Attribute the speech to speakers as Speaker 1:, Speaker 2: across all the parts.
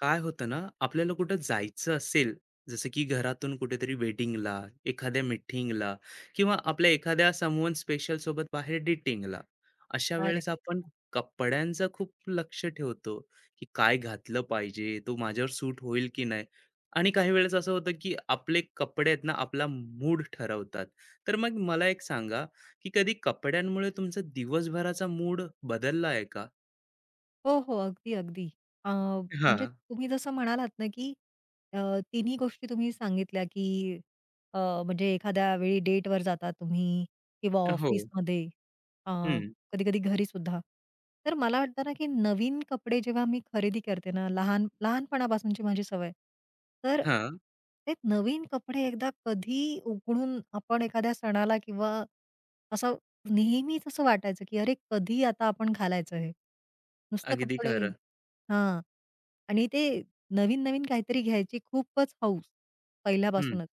Speaker 1: काय होतं ना, आपल्याला कुठं जायचं असेल, जसं की घरातून कुठेतरी वेडिंगला, एखाद्या मीटिंगला किंवा आपल्या एखाद्या समवन स्पेशल सोबत बाहेर डेटिंगला. अशा
Speaker 2: अरे!
Speaker 1: वेळेस आपण कपड्यांचं खूप लक्ष ठेवतो, की काय घातलं पाहिजे, तो माझ्यावर सूट होईल की नाही. आणि काही वेळेस असं होतं, की आपले कपडे आहेत ना, आपला मूड ठरवतात. तर मग मला एक सांगा, की कधी कपड्यांमुळे तुमचा दिवसभराचा मूड बदलला आहे का?
Speaker 2: हो, हो. अगदी, अगदी. अ, म्हणजे
Speaker 1: हां.
Speaker 2: तुम्ही जसं म्हणालात ना, की अ, तिन्ही गोष्टी तुम्ही सांगितल्या, की अ, म्हणजे एखाद्या वेळी डेटवर जाता तुम्ही किंवा
Speaker 1: हो.
Speaker 2: ऑफिसमध्ये अ,
Speaker 1: हं.
Speaker 2: कधी घरी सुद्धा, तर मला वाटतं ना, की नवीन कपडे जेव्हा मी खरेदी करते ना, लहानपणापासूनची माझी सवय. तर ते नवीन कपडे एकदा कधी उघडून आपण एखाद्या सणाला किंवा असं नेहमीच असं वाटायचं, की अरे कधी आता आपण घालायचं हे? नुसतं
Speaker 1: अगदी
Speaker 2: कपडे
Speaker 1: खरं.
Speaker 2: हां. आणि ते नवीन-नवीन काहीतरी घ्यायची खूपच हौस
Speaker 1: हं.
Speaker 2: पहिल्यापासूनच.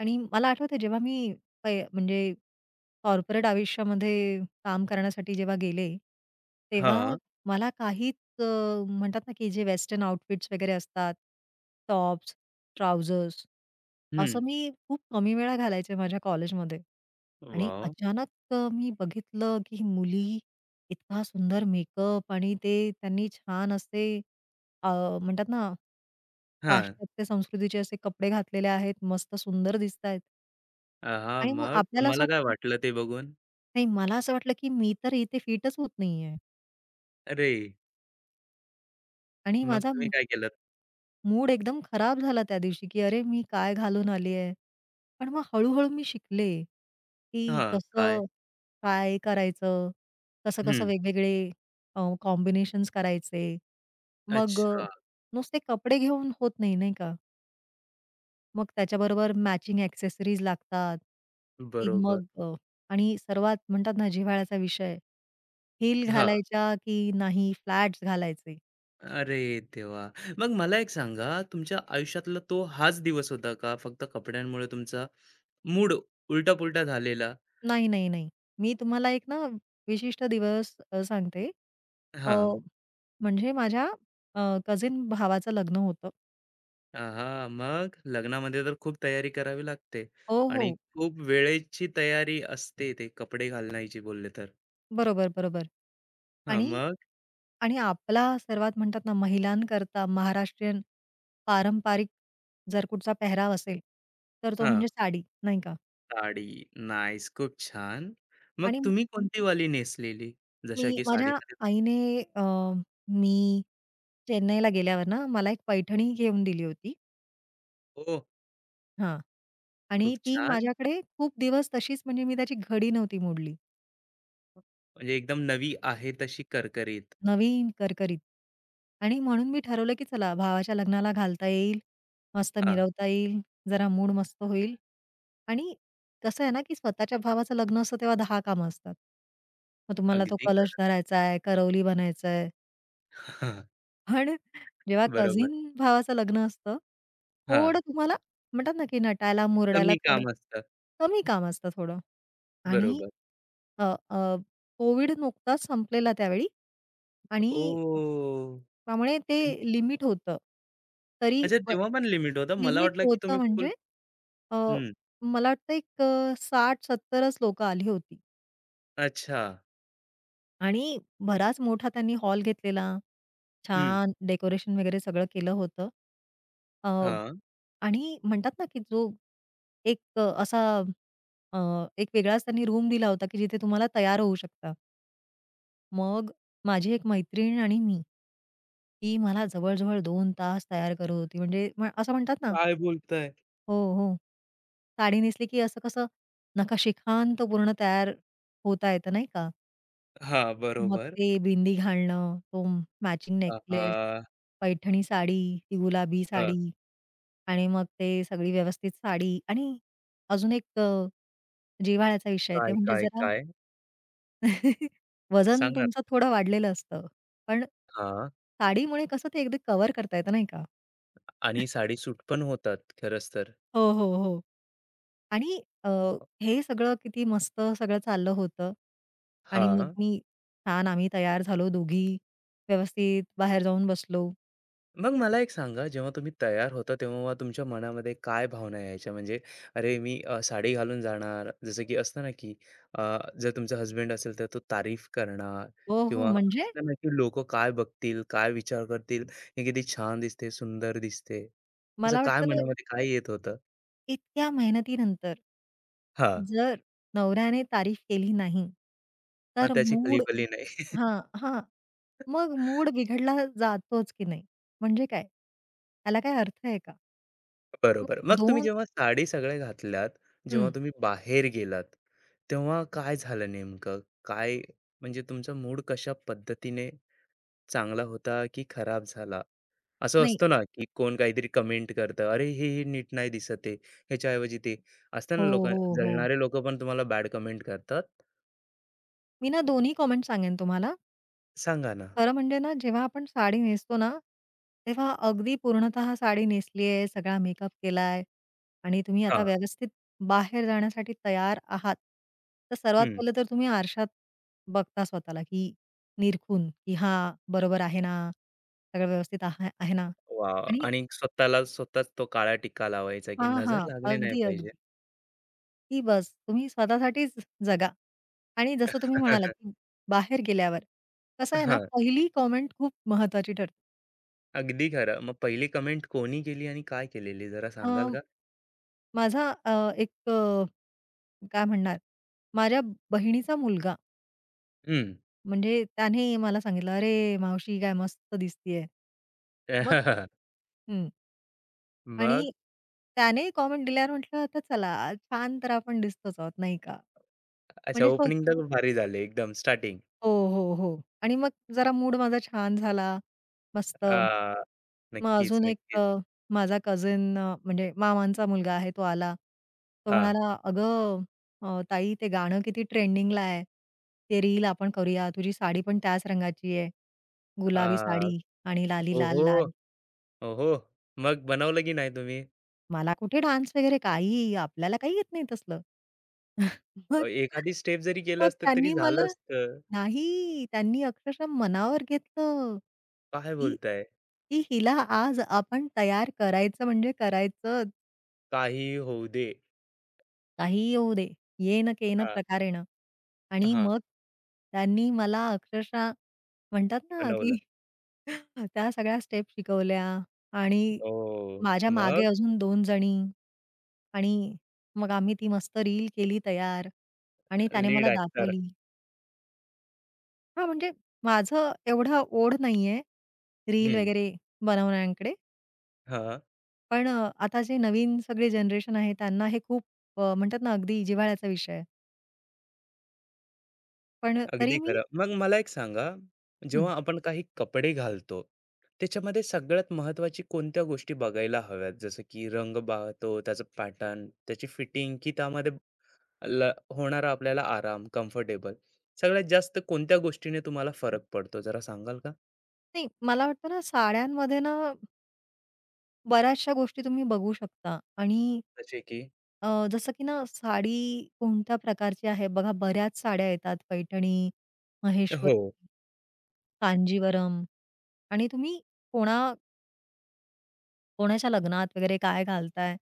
Speaker 2: आणि मला आठवतंय जेव्हा मी म्हणजे कॉर्पोरेट आयुष्यामध्ये काम करण्यासाठी जेव्हा गेले, तेव्हा
Speaker 1: हां.
Speaker 2: मला काहीच अ, म्हणतात ना, की जे वेस्टर्न आउटफिट्स वगैरे असतात, टॉप्स, ट्राउझर्स असं
Speaker 1: हं.
Speaker 2: मी खूप कमी वेळा घालायचे माझ्या कॉलेजमध्ये. आणि
Speaker 1: वॉव!
Speaker 2: अचानक मी बघितलं, की मुली इतका सुंदर मेकअप आणि ते त्यांनी छान असे अ, म्हणतात ना,
Speaker 1: हां.
Speaker 2: पाश्चात्य संस्कृतीचे असे कपडे घातलेले आहेत, मस्त सुंदर दिसतायत.
Speaker 1: अ,
Speaker 2: आणि मग
Speaker 1: मग
Speaker 2: आपल्याला असं
Speaker 1: तुम्हाला काय
Speaker 2: वाटतं
Speaker 1: वाटलं ते बघून?
Speaker 2: नाही, मला असं वाटलं, की मी तर इथे फिटच होत नाहीये
Speaker 1: अरे!
Speaker 2: आणि
Speaker 1: मग
Speaker 2: माझा
Speaker 1: तुम्ही काय केलंत?
Speaker 2: मूड एकदम खराब झाला त्या दिवशी, की अरे, मी काय घालून आली आहे. पण मग हळू-हळू मी शिकले, की
Speaker 1: हां. काय?
Speaker 2: कसं काय करायचं, कसं-कसं
Speaker 1: हं.
Speaker 2: वेगवेगळे कॉम्बिनेशन्स करायचे. मग
Speaker 1: अच्छा.
Speaker 2: नुसते कपडे घेऊन होत नाही, नाही का? मग त्याच्याबरोबर मॅचिंग एक्सेसरीज लागतात. ती
Speaker 1: बरोबर.
Speaker 2: मग आणि सर्वात म्हणतात ना जिव्हाळ्याचा विषय, हिल
Speaker 1: हां.
Speaker 2: घालायच्या की नाही फ्लॅट्स घालायचे?
Speaker 1: अरे देवा! मग मला एक सांगा, तुमच्या आयुष्यातला तो हाच दिवस होता का फक्त कपड्यांमुळे तुमचा मूड उलटा-पुलटा झालेला?
Speaker 2: नाही, नाही, नाही. मी तुम्हाला एक ना विशिष्ट दिवस सांगते. अ,
Speaker 1: हां.
Speaker 2: म्हणजे माझ्या अ, कझीन भावाचं लग्न होतं.
Speaker 1: हां, मग लग्नामध्ये तर खूप तयारी करावी लागते
Speaker 2: हो,
Speaker 1: आणि
Speaker 2: हो.
Speaker 1: खूप वेळेची तयारी असते ते कपडे घालण्याची बोलले तर.
Speaker 2: बरोबर, बरोबर.
Speaker 1: हां,
Speaker 2: आणि
Speaker 1: मग?
Speaker 2: आणि आपला सर्वात म्हणतात ना महिलांकरता महाराष्ट्रीयन पारंपरिक जर कुठचा पेहराव असेल, तर तो
Speaker 1: हां,
Speaker 2: म्हणजे साडी, नाही का?
Speaker 1: साडी. नाईस, खूप छान. मग
Speaker 2: आणि
Speaker 1: तुम्ही कोणती वाली नेसलेली?
Speaker 2: मी
Speaker 1: जशा की
Speaker 2: माझ्या
Speaker 1: साडीमध्ये
Speaker 2: आईने अ, मी चेन्नईला गेल्यावर ना, मला एक पैठणी घेऊन दिली होती.
Speaker 1: हो,
Speaker 2: हां. आणि
Speaker 1: खूप
Speaker 2: ती
Speaker 1: छान.
Speaker 2: माझ्याकडे खूप दिवस तशीच म्हणजे मी त्याची घडी नव्हती मोडली.
Speaker 1: म्हणजे एकदम नवी आहे तशी करकरीत.
Speaker 2: नवीन करकरीत. आणि म्हणून मी ठरवलं, की चला भावाच्या लग्नाला घालता येईल, मस्त
Speaker 1: हां,
Speaker 2: मिरवता येईल, जरा मूड मस्त होईल. आणि कसं आहे ना, की स्वतःच्या भावाचं लग्न असतं तेव्हा 10 कामं असतात. मग तुम्हाला तो
Speaker 1: अगदी
Speaker 2: कलश
Speaker 1: खरं.
Speaker 2: धरायचा आहे, करवली बनायचंय.
Speaker 1: हां,
Speaker 2: पण जेव्हा
Speaker 1: बरोबर.
Speaker 2: कझीन भावाचं लग्न असतं,
Speaker 1: हां,
Speaker 2: थोडं तुम्हाला म्हणतात ना, की नटायला, मुरडायला
Speaker 1: कमी
Speaker 2: थोडं
Speaker 1: काम असतं.
Speaker 2: कमी काम असतं थोडं. आणि
Speaker 1: बरोबर.
Speaker 2: अ, अ, कोविड नुकताच संपलेला त्यावेळी
Speaker 1: ओ
Speaker 2: आणि त्यामुळे ते लिमिट होतं. तरी
Speaker 1: अच्छा, तेव्हा पण लिमिट होतं. मला
Speaker 2: लिमिट
Speaker 1: वाटलं की
Speaker 2: होतं
Speaker 1: तुम्ही फुल
Speaker 2: म्हणजे अ,
Speaker 1: हं,
Speaker 2: मला वाटतं एक 60-70च लोकं आली होती.
Speaker 1: अच्छा.
Speaker 2: आणि बराच मोठा त्यांनी हॉल घेतलेला.
Speaker 1: हं,
Speaker 2: छान डेकोरेशन वगैरे सगळं केलं होतं.
Speaker 1: हां.
Speaker 2: आणि म्हणतात ना, की जो एक असा अ, एक वेगळाच त्यांनी रूम दिला होता, की जिथे तुम्हाला तयार होऊ शकता. मग माझी एक मैत्रीण आणि मी, ती मला जवळ-जवळ 2 तास तयार करत होती. म्हणजे असं म्हणतात ना
Speaker 1: काय बोलताय?
Speaker 2: हो, हो. साडी नेसली की असं कसं नकाशिखांत पूर्ण तयार होता येतं नाही का?
Speaker 1: हां,
Speaker 2: मग
Speaker 1: बरोबर.
Speaker 2: ते बिंदी घालणं, तो मॅचिंग नेकलेस,
Speaker 1: आहा!
Speaker 2: पैठणी साडी, ती गुलाबी
Speaker 1: हं,
Speaker 2: साडी आणि मग ते सगळी व्यवस्थित साडी आणि अजून एक जिव्हाळ्याचा विषय आहे. ते
Speaker 1: काय,
Speaker 2: म्हणजे
Speaker 1: काय,
Speaker 2: जरा
Speaker 1: काय?
Speaker 2: वजन
Speaker 1: सांगा ना?
Speaker 2: तुमचं थोडं वाढलेलं असतं. पण
Speaker 1: हां.
Speaker 2: साडीमुळे कसं ते अगदी कव्हर करता येतं नाही का?
Speaker 1: आणि साडी सूट पण होतात खरंच तर.
Speaker 2: हो, हो, हो. आणि
Speaker 1: अ,
Speaker 2: हे सगळं किती मस्त सगळं चाललं होतं. आणि मग
Speaker 1: हां.
Speaker 2: मी छान आम्ही तयार झालो दोघी. व्यवस्थित बाहेर जाऊन बसलो.
Speaker 1: मग मला एक सांगा जेव्हा तुम्ही तयार होता तेव्हा तुमच्या मनामध्ये काय भावना यायच्या? म्हणजे अरे मी साडी घालून जाणार जसं की असतं ना, की जर तुमचा हसबँड असेल तर तो तारीफ करणार
Speaker 2: हो, हो.
Speaker 1: किंवा
Speaker 2: म्हणजे
Speaker 1: असतं ना, की लोकं काय बघतील, काय विचार करतील, ही किती छान दिसते, सुंदर दिसते. असं
Speaker 2: मला
Speaker 1: काय
Speaker 2: वाटतं ना,
Speaker 1: मनामध्ये काय येत होतं?
Speaker 2: इतक्या मेहनतीनंतर,
Speaker 1: हां.
Speaker 2: जर नवऱ्याने तारीफ केली नाही,
Speaker 1: मग
Speaker 2: तर
Speaker 1: त्याची
Speaker 2: मूड
Speaker 1: कलीबली नाही.
Speaker 2: हां, हां. मग मूड बिघडला जातोच की नाही. म्हणजे काय? त्याला काय अर्थ आहे का? मग
Speaker 1: बरोबर. मग तुम्ही
Speaker 2: 2
Speaker 1: जेव्हा साडी सगळ्या घातल्यात, जेव्हा
Speaker 2: हं.
Speaker 1: तुम्ही बाहेर गेलात, तेव्हा काय झालं नेमकं? काय म्हणजे तुमचा मूड कशा पद्धतीने चांगला होता की खराब झाला? असं
Speaker 2: नाही.
Speaker 1: असतं ना, की कोण काहीतरी कमेंट करतं, "अरे, हे नीट नाही दिसत आहे, ह्याच्याऐवजी ते." असतं ना
Speaker 2: हो,
Speaker 1: लोकं
Speaker 2: हो, हो.
Speaker 1: जळणारे लोकं पण तुम्हाला बॅड कमेंट करतात.
Speaker 2: मी ना दोन्ही कॉमेंट सांगेन तुम्हाला.
Speaker 1: सांगा ना?
Speaker 2: खरं म्हणजे ना, जेव्हा आपण साडी नेसतो ना, तेव्हा अगदी पूर्णतः साडी नेसली आहे, सगळा मेकअप केलाय आणि तुम्ही आता
Speaker 1: हां.
Speaker 2: व्यवस्थित बाहेर जाण्यासाठी तयार आहात. तर सर्वात
Speaker 1: हं.
Speaker 2: पहिलं तर तुम्ही आरशात बघता स्वतःला, की निरखून, की हां, बरोबर आहे ना? सगळं व्यवस्थित आहे ना?
Speaker 1: वाह!
Speaker 2: आणि
Speaker 1: आणि स्वतःला स्वतःच तो काळा टिक्का लावायचा, की
Speaker 2: हां, हां.
Speaker 1: नजर लागली नाही
Speaker 2: अगदी, अगदी.
Speaker 1: पाहिजे.
Speaker 2: की बस तुम्ही स्वतःसाठीच जगा आणि जसं तुम्ही म्हणालात, की बाहेर गेल्यावर कसं आहे ना,
Speaker 1: हां.
Speaker 2: पहिली कॉमेंट खूप महत्वाची ठरते.
Speaker 1: अगदी खरं. मग पहिली कमेंट कोणी केली आणि काय केलेली जरा सांगाल का?
Speaker 2: माझा एक काय म्हणणार, माझ्या बहिणीचा मुलगा
Speaker 1: हं.
Speaker 2: म्हणजे त्याने मला सांगितलं, "अरे मावशी काय मस्त दिसतीये." मग हं.
Speaker 1: मग?
Speaker 2: आणि त्याने कॉमेंट दिल्यावर म्हटलं, "आता चला छान तर आपण दिसतोच आहोत, नाही का?"
Speaker 1: अच्छा
Speaker 2: म्हणजे हो
Speaker 1: ओपनिंग तर भारी झाले एकदम स्टार्टिंग.
Speaker 2: हो, हो, हो. आणि मग जरा मूड माझा छान झाला. मस्त.
Speaker 1: अ,
Speaker 2: मग
Speaker 1: नक्कीच,
Speaker 2: अजून एक
Speaker 1: नक्कीच.
Speaker 2: माझा कझिन म्हणजे मामांचा मुलगा आहे तो आला. तो
Speaker 1: हां.
Speaker 2: म्हणाला, "अगं ताई ते गाणं किती ट्रेंडिंगला आहे. ते रील आपण करूया. तुझी साडी पण त्याच रंगाची आहे.
Speaker 1: अ,
Speaker 2: गुलाबी साडी आणि लाली लाल,
Speaker 1: ओहो!
Speaker 2: लाल."
Speaker 1: ओहो! मग बनवलं की नाही तुम्ही?
Speaker 2: मला कुठे डान्स वगैरे काही आपल्याला काही येत नाही तसलं. मग
Speaker 1: एखादी स्टेप जरी केलं
Speaker 2: मग
Speaker 1: असतं तरी
Speaker 2: त्यांनी मला
Speaker 1: झालं असतं.
Speaker 2: नाही, त्यांनी अक्षरशः मनावर घेतलं,
Speaker 1: काय
Speaker 2: की
Speaker 1: बोलताय?
Speaker 2: की हिला आज आपण तयार करायचं म्हणजे करायचंच.
Speaker 1: काही होऊ दे.
Speaker 2: काहीही येऊ दे, ये न के न
Speaker 1: हां,
Speaker 2: प्रकारेण. आणि
Speaker 1: हां.
Speaker 2: मग त्यांनी मला अक्षरशः म्हणतात ना,
Speaker 1: बनवलं.
Speaker 2: की त्या सगळ्या स्टेप शिकवल्या आणि
Speaker 1: ओह!
Speaker 2: माझ्या मागे
Speaker 1: मग
Speaker 2: अजून दोन जणी आणि मग आम्ही ती मस्त रील केली तयार आणि त्याने
Speaker 1: लीड
Speaker 2: मला
Speaker 1: ॲक्टर.
Speaker 2: दाखवली. हां, म्हणजे माझं एवढं ओढ नाहीये रील
Speaker 1: हं.
Speaker 2: वगैरे बनवण्याकडे.
Speaker 1: हां.
Speaker 2: पण आता जे नवीन सगळी जनरेशन आहे त्यांना हे खूप म्हणतात ना, अगदी जिव्हाळ्याचा विषय आहे. पण तरी
Speaker 1: अगदी
Speaker 2: मी
Speaker 1: खरं. मग मला एक सांगा,
Speaker 2: हं.
Speaker 1: जेव्हा आपण काही कपडे घालतो, त्याच्यामध्ये सगळ्यात महत्वाची कोणत्या गोष्टी बघायला हव्यात? जसं की रंग पाहतो, त्याचं पॅटर्न, त्याची फिटिंग की त्यामध्ये ल होणारा आपल्याला आराम, कम्फर्टेबल. सगळ्यात जास्त कोणत्या गोष्टीने तुम्हाला फरक पडतो जरा सांगाल का?
Speaker 2: नाही, मला वाटतं ना, साड्यांमध्ये ना बऱ्याचशा गोष्टी तुम्ही बघू शकता आणि
Speaker 1: जसे की
Speaker 2: जसं की ना साडी कोणत्या प्रकारची आहे बघा, बऱ्याच साड्या येतात पैठणी, महेश्वरी,
Speaker 1: हो.
Speaker 2: कांजीवरम आणि तुम्ही कोणा कोणाच्या लग्नात वगैरे काय घालताय?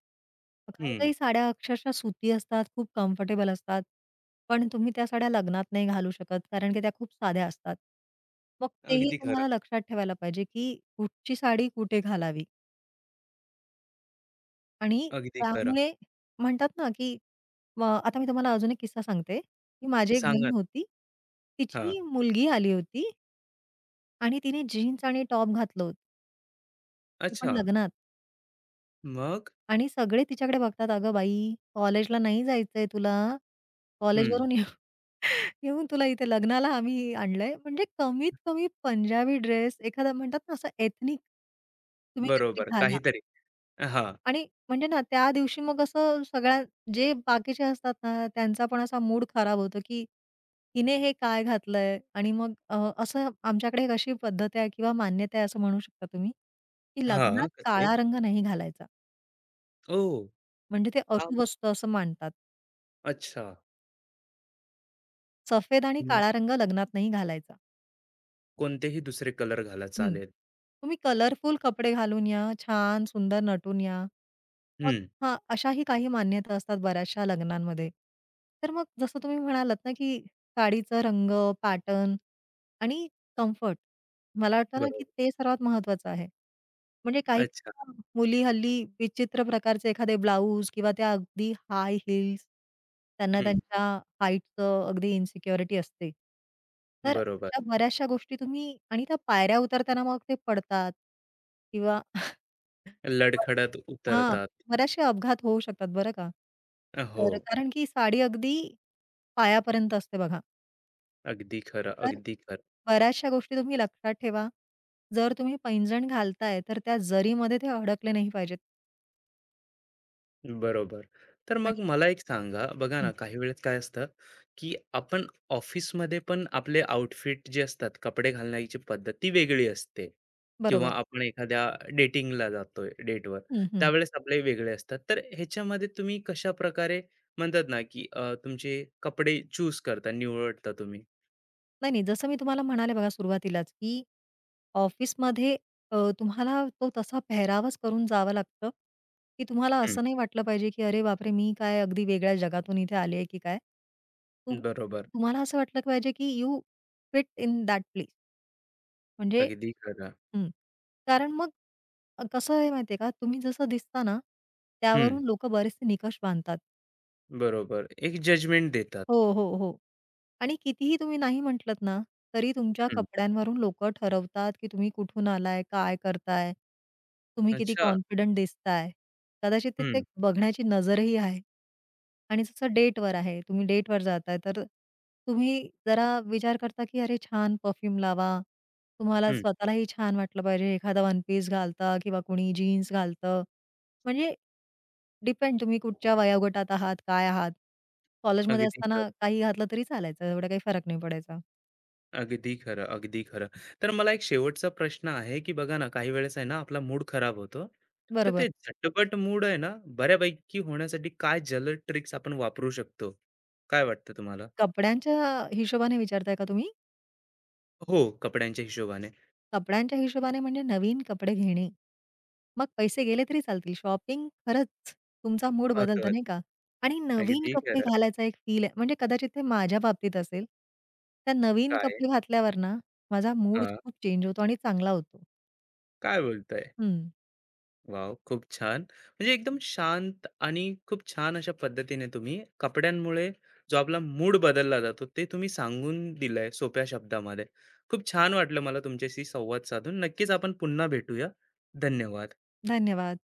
Speaker 1: हं.
Speaker 2: काही-काही साड्या अक्षरशः सुती असतात, खूप कम्फर्टेबल असतात. पण तुम्ही त्या साड्या लग्नात नाही घालू शकत कारण की त्या खूप साध्या असतात. मग तेही
Speaker 1: अगदी खरं,
Speaker 2: तुम्हाला लक्षात ठेवायला पाहिजे, की कुठची साडी कुठे घालावी. आणि
Speaker 1: अगदी खरं.
Speaker 2: त्यामुळे म्हणतात ना, की आता मी तुम्हाला अजून एक किस्सा सांगते, की माझी एक
Speaker 1: सांगा
Speaker 2: बहीण
Speaker 1: ना.
Speaker 2: होती.
Speaker 1: हां.
Speaker 2: तिची मुलगी आली होती आणि तिने जीन्स आणि टॉप घातलं होतं, ते पण
Speaker 1: अच्छा.
Speaker 2: लग्नात
Speaker 1: मग?
Speaker 2: आणि सगळे तिच्याकडे बघतात, "अगं बाई, कॉलेजला नाही जायचंय तुला.
Speaker 1: हं.
Speaker 2: कॉलेजवरून येऊ येऊन तुला इथे लग्नाला आम्ही आणलंय." म्हणजे कमीत कमी पंजाबी ड्रेस, एखादा म्हणतात ना, असं एथनिक तुम्ही काहीतरी
Speaker 1: बरोबर.
Speaker 2: घाला.
Speaker 1: काहीतरी. हां.
Speaker 2: आणि म्हणजे ना, त्या दिवशी मग असं सगळ्या जे बाकीचे असतात ना, त्यांचा पण असा मूड खराब होतो, की हिने हे काय घातलंय? आणि मग असं आमच्याकडे एक अशी पद्धत आहे किंवा मान्यता आहे असं म्हणू शकता तुम्ही, की
Speaker 1: हां.
Speaker 2: लग्नात
Speaker 1: कसले?
Speaker 2: काळा रंग नाही घालायचा.
Speaker 1: ओह!
Speaker 2: म्हणजे ते
Speaker 1: का
Speaker 2: अशुभ
Speaker 1: बरं?
Speaker 2: असतं असं मानतात.
Speaker 1: अच्छा.
Speaker 2: सफेद आणि
Speaker 1: मग
Speaker 2: काळा रंग लग्नात नाही घालायचा.
Speaker 1: कोणतेही दुसरे कलर घाला
Speaker 2: हं.
Speaker 1: चालेल.
Speaker 2: तुम्ही कलरफुल कपडे घालून या, छान सुंदर नटून या. मग
Speaker 1: हं,
Speaker 2: हां, अशाही काही मान्यता असतात बऱ्याचशा लग्नांमध्ये. तर मग जसं तुम्ही म्हणालात ना, की साडीचा रंग, पॅटर्न आणि कम्फर्ट. मला वाटतं ना, की
Speaker 1: बरोबर.
Speaker 2: ते सर्वात महत्त्वाचं आहे. म्हणजे काही
Speaker 1: अच्छा.
Speaker 2: मुली हल्ली विचित्र प्रकारचे एखादे ब्लाउज किंवा त्या अगदी हाय हील्स त्यांना
Speaker 1: हं,
Speaker 2: त्यांच्या हाईटचं अगदी इन्सिक्युरिटी असते. तर
Speaker 1: बरोबर.
Speaker 2: अशा बऱ्याचशा गोष्टी तुम्ही आणि त्या पायऱ्या उतरताना मग ते पडतात किंवा
Speaker 1: लडखडत
Speaker 2: हां,
Speaker 1: उतरतात.
Speaker 2: बऱ्याचशे अपघात होऊ शकतात बरं का.
Speaker 1: हो,
Speaker 2: तर कारण की साडी अगदी पायापर्यंत असते बघा.
Speaker 1: अगदी खरं,
Speaker 2: तर
Speaker 1: अगदी खरं.
Speaker 2: बऱ्याचशा गोष्टी तुम्ही लक्षात ठेवा. जर तुम्ही पैंजण घालताय, तर त्या जरीमध्ये ते अडकले नाही पाहिजेत
Speaker 1: बरोबर. तर मग
Speaker 2: आणि
Speaker 1: मला एक सांगा, बघा ना,
Speaker 2: हं.
Speaker 1: काही वेळेस काय असतं, की आपण ऑफिसमध्ये पण आपले आउटफिट जे असतात, कपडे घालण्याची पद्धत ती वेगळी असते किंवा
Speaker 2: बरोबर.
Speaker 1: आपण एखाद्या डेटिंगला जातोय, डेटवर,
Speaker 2: हं, हं.
Speaker 1: त्यावेळेस आपले वेगळे असतात. तर ह्याच्यामध्ये तुम्ही कशाप्रकारे म्हणतात ना, की तुमचे कपडे चूज करता, निवडता तुम्ही?
Speaker 2: नाही, नाही. जसं मी तुम्हाला म्हणाले बघा सुरुवातीलाच, की ऑफिसमध्ये तुम्हाला तो तसा पेहरावच करून जावं लागतं, की तुम्हाला
Speaker 1: हं.
Speaker 2: असं नाही वाटलं पाहिजे, की "अरे बापरे! मी काय अगदी वेगळ्या जगातून इथे आली आहे की काय?" तु
Speaker 1: बरोबर.
Speaker 2: तुम्हाला असं वाटलं पाहिजे, की you fit in that place म्हणजे
Speaker 1: अगदी खरं.
Speaker 2: हं. कारण मग कसं आहे माहिती का, तुम्ही जसं दिसता ना,
Speaker 1: हं.
Speaker 2: त्यावरून लोकं बरेचसे निकष बांधतात.
Speaker 1: बरोबर. एक जजमेंट देतात.
Speaker 2: हो, हो, हो. आणि कितीही तुम्ही नाही म्हटलत ना, तरी तुमच्या
Speaker 1: हं.
Speaker 2: कपड्यांवरून लोकं ठरवतात, की तुम्ही कुठून आलाय, काय करताय, तुम्ही किती
Speaker 1: अच्छा.
Speaker 2: कॉन्फिडंट दिसताय. कदाचित तिथे
Speaker 1: हं,
Speaker 2: एक बघण्याची नजरही आहे. आणि जसं डेटवर आहे, तुम्ही डेटवर जाताय, तर तुम्ही जरा विचार करता, की अरे छान परफ्यूम लावा. तुम्हाला
Speaker 1: हं.
Speaker 2: स्वतःलाही छान वाटलं पाहिजे. एखादा वन पीस घालता किंवा कोणी जीन्स घालतं. म्हणजे डिपेंड तुम्ही कुठच्या वयोगटात आहात, काय आहात? कॉलेजमध्ये
Speaker 1: अगदी
Speaker 2: असताना
Speaker 1: खरं.
Speaker 2: काही घातलं तरी चालायचं, एवढा काही फरक नाही पडायचा.
Speaker 1: अगदी खरं, अगदी खरं. तर मला एक शेवटचा प्रश्न आहे, की बघा ना, काही वेळेस आहे ना, आपला मूड खराब होतो. तर
Speaker 2: बरोबर.
Speaker 1: ते झटपट मूड आहे ना, बऱ्यापैकी होण्यासाठी काय जलद ट्रिक्स आपण वापरू शकतो? काय वाटतं तुम्हाला?
Speaker 2: कपड्यांच्या हिशोबाने विचारताय का तुम्ही?
Speaker 1: हो, कपड्यांच्या हिशोबाने.
Speaker 2: कपड्यांच्या हिशोबाने म्हणजे नवीन कपडे घेणे. मग पैसे गेले तरी चालतील. शॉपिंग खरंच तुमचा मूड बदलतं नाही
Speaker 1: महत्वाचं.
Speaker 2: का? आणि नवीन
Speaker 1: अगदी
Speaker 2: कपडे
Speaker 1: खरं.
Speaker 2: घालायचा एक फील आहे. म्हणजे कदाचित ते माझ्या बाबतीत असेल. त्या नवीन
Speaker 1: काय?
Speaker 2: कपडे घातल्यावर ना, माझा मूड
Speaker 1: हां,
Speaker 2: खूप चेंज होतो आणि चांगला होतो.
Speaker 1: काय बोलताय?
Speaker 2: हं.
Speaker 1: वाव, खूप छान. म्हणजे एकदम शांत आणि खूप छान अशा पद्धतीने तुम्ही कपड्यांमुळे जो आपला मूड बदलला जातो, ते तुम्ही सांगून दिलंय सोप्या शब्दामध्ये. खूप छान वाटलं मला तुमच्याशी संवाद साधून. नक्कीच आपण पुन्हा भेटूया. धन्यवाद.
Speaker 2: धन्यवाद.